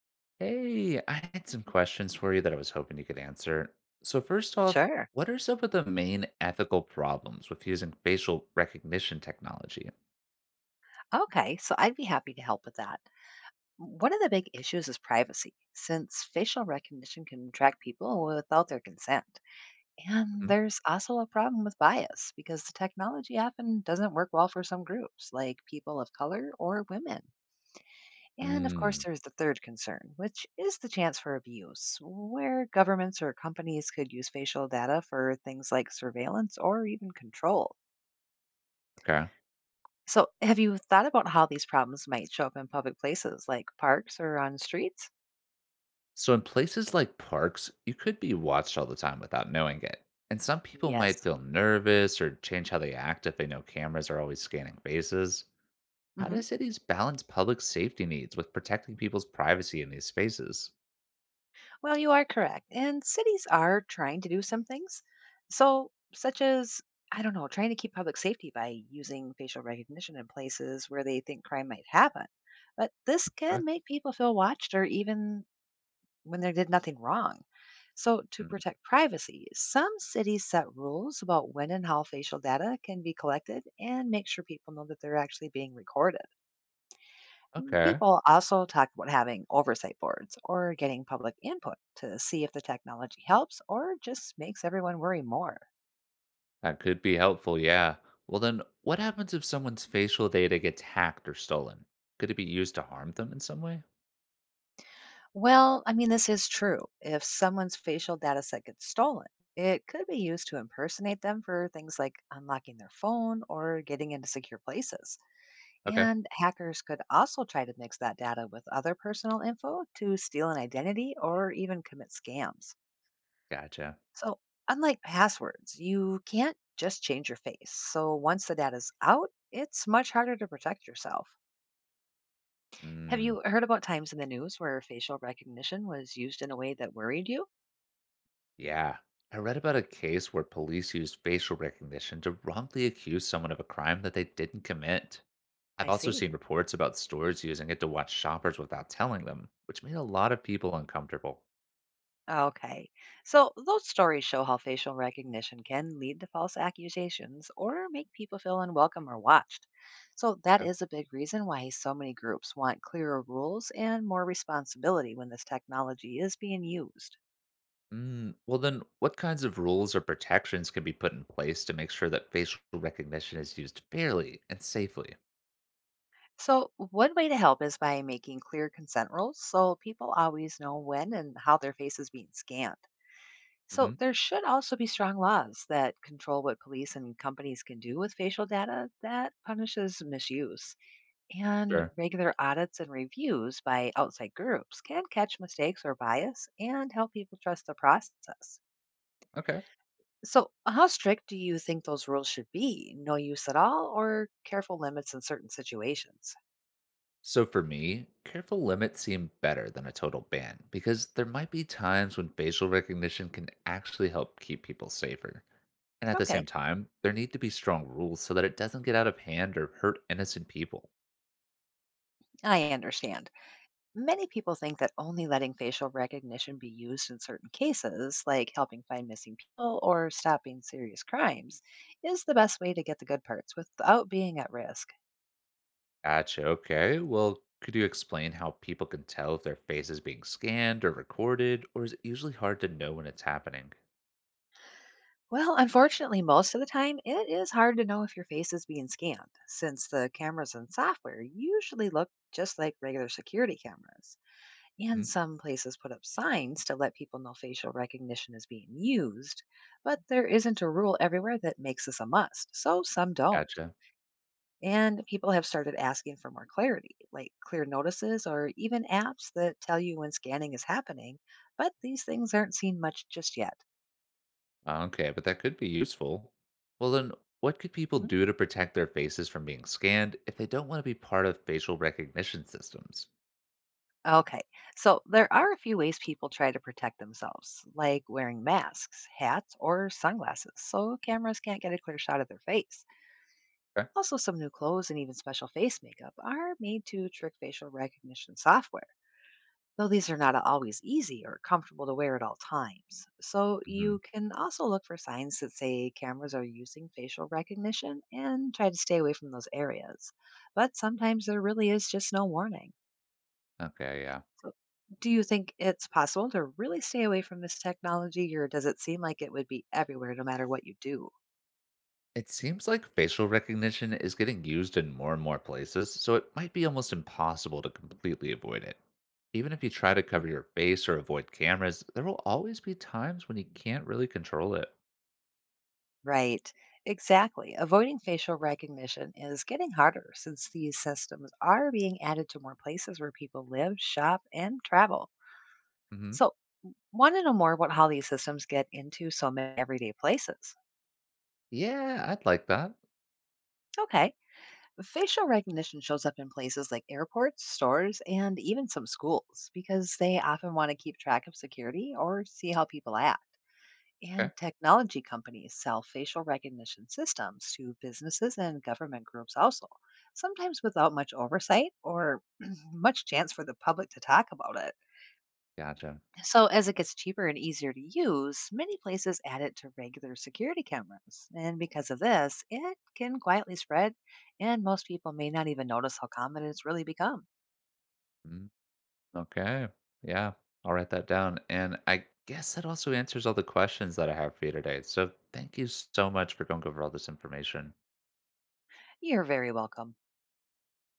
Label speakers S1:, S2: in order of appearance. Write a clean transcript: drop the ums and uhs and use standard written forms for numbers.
S1: Hey, I had some questions for you that I was hoping you could answer. So, first off,
S2: Sure.
S1: what are some of the main ethical problems with using facial recognition technology?
S2: Okay, so I'd be happy to help with that. One of the big issues is privacy, since facial recognition can track people without their consent. And
S1: Mhm.
S2: there's also a problem with bias because the technology often doesn't work well for some groups, like people of color or women. And of course,
S1: Mm,
S2: there's the third concern, which is the chance for abuse, where governments or companies could use facial data for things like surveillance or even control.
S1: okay.
S2: So, have you thought about how these problems might show up in public places like parks or on streets?
S1: So, in places like parks, you could be watched all the time without knowing it. And some people might
S2: Yes.
S1: feel nervous or change how they act if they know cameras are always scanning faces. How
S2: hmm
S1: do cities balance public safety needs with protecting people's privacy in these spaces?
S2: Well, you are correct. And cities are trying to do some things. So, such as, I don't know, trying to keep public safety by using facial recognition in places where they think crime might happen. But this
S1: Uh,
S2: can make people feel watched or even when they did nothing wrong. So, to
S1: mm,
S2: protect privacy, some cities set rules about when and how facial data can be collected and make sure people know that they're actually being recorded.
S1: okay.
S2: People also talk about having oversight boards or getting public input to see if the technology helps or just makes everyone worry more.
S1: That could be helpful, yeah. Well, then, what happens if someone's facial data gets hacked or stolen? Could it be used to harm them in some way?
S2: Well, I mean, this is true. If someone's facial data set gets stolen, it could be used to impersonate them for things like unlocking their phone or getting into secure places.
S1: Okay,
S2: And hackers could also try to mix that data with other personal info to steal an identity or even commit scams.
S1: gotcha.
S2: So, unlike passwords, you can't just change your face. So, once the data's out, it's much harder to protect yourself. Have
S1: Mm,
S2: you heard about times in the news where facial recognition was used in a way that worried you?
S1: yeah. I read about a case where police used facial recognition to wrongly accuse someone of a crime that they didn't commit. I've
S2: I
S1: also
S2: see.
S1: seen reports about stores using it to watch shoppers without telling them, which made a lot of people uncomfortable.
S2: Okay. So those stories show how facial recognition can lead to false accusations or make people feel unwelcome or watched. So that is a big reason why so many groups want clearer rules and more responsibility when this technology is being used.
S1: Well, then, what kinds of rules or protections can be put in place to make sure that facial recognition is used fairly and safely?
S2: So one way to help is by making clear consent rules so people always know when and how their face is being scanned. So
S1: Hmm.
S2: there should also be strong laws that control what police and companies can do with facial data that punishes misuse. And
S1: Sure.
S2: regular audits and reviews by outside groups can catch mistakes or bias and help people trust the process.
S1: Okay.
S2: So, how strict do you think those rules should be? No use at all, or careful limits in certain situations?
S1: So, for me, careful limits seem better than a total ban because there might be times when facial recognition can actually help keep people safer. And at the
S2: Okay,
S1: same time, there need to be strong rules so that it doesn't get out of hand or hurt innocent people.
S2: I understand. Many people think that only letting facial recognition be used in certain cases, like helping find missing people or stopping serious crimes, is the best way to get the good parts without being at risk.
S1: Gotcha. Okay. Well, could you explain how people can tell if their face is being scanned or recorded, or is it usually hard to know when it's happening?
S2: Well, unfortunately, most of the time, it is hard to know if your face is being scanned, since the cameras and software usually look just like regular security cameras. And
S1: Mhm.
S2: some places put up signs to let people know facial recognition is being used, but there isn't a rule everywhere that makes this a must, so some don't.
S1: Gotcha.
S2: And people have started asking for more clarity, like clear notices or even apps that tell you when scanning is happening, but these things aren't seen much just yet.
S1: Okay, but that could be useful. Well, then, what could people do to protect their faces from being scanned if they don't want to be part of facial recognition systems?
S2: Okay, so there are a few ways people try to protect themselves, like wearing masks, hats, or sunglasses, so cameras can't get a clear shot of their face.
S1: Okay.
S2: Also, some new clothes and even special face makeup are made to trick facial recognition software, though these are not always easy or comfortable to wear at all times. So,
S1: Hmm.
S2: you can also look for signs that say cameras are using facial recognition and try to stay away from those areas. But sometimes there really is just no warning.
S1: Okay, yeah.
S2: So, do you think it's possible to really stay away from this technology, or does it seem like it would be everywhere no matter what you do?
S1: It seems like facial recognition is getting used in more and more places, so it might be almost impossible to completely avoid it. Even if you try to
S2: Mm,
S1: cover your face or avoid cameras, there will always be times when you can't really control it.
S2: Right, exactly. Avoiding facial recognition is getting harder since these systems are being added to more places where people live, shop, and travel.
S1: Hmm.
S2: So, want to know more about how these systems get into so many everyday places?
S1: Yeah, I'd like that.
S2: Okay. Facial recognition shows up in places like airports, stores, and even some schools because they often want to keep track of security or see how people act.
S1: Okay.
S2: And technology companies sell facial recognition systems to businesses and government groups also, sometimes without much oversight or much chance for the public to talk about it.
S1: Gotcha.
S2: So, as it gets cheaper and easier to use, many places add it to regular security cameras. And because of this, it can quietly spread, and most people may not even notice how common it's really become.
S1: Mm. Okay. Yeah, I'll write that down. And I guess that also answers all the questions that I have for you today. So thank you so much for going over all this information.
S2: You're very welcome.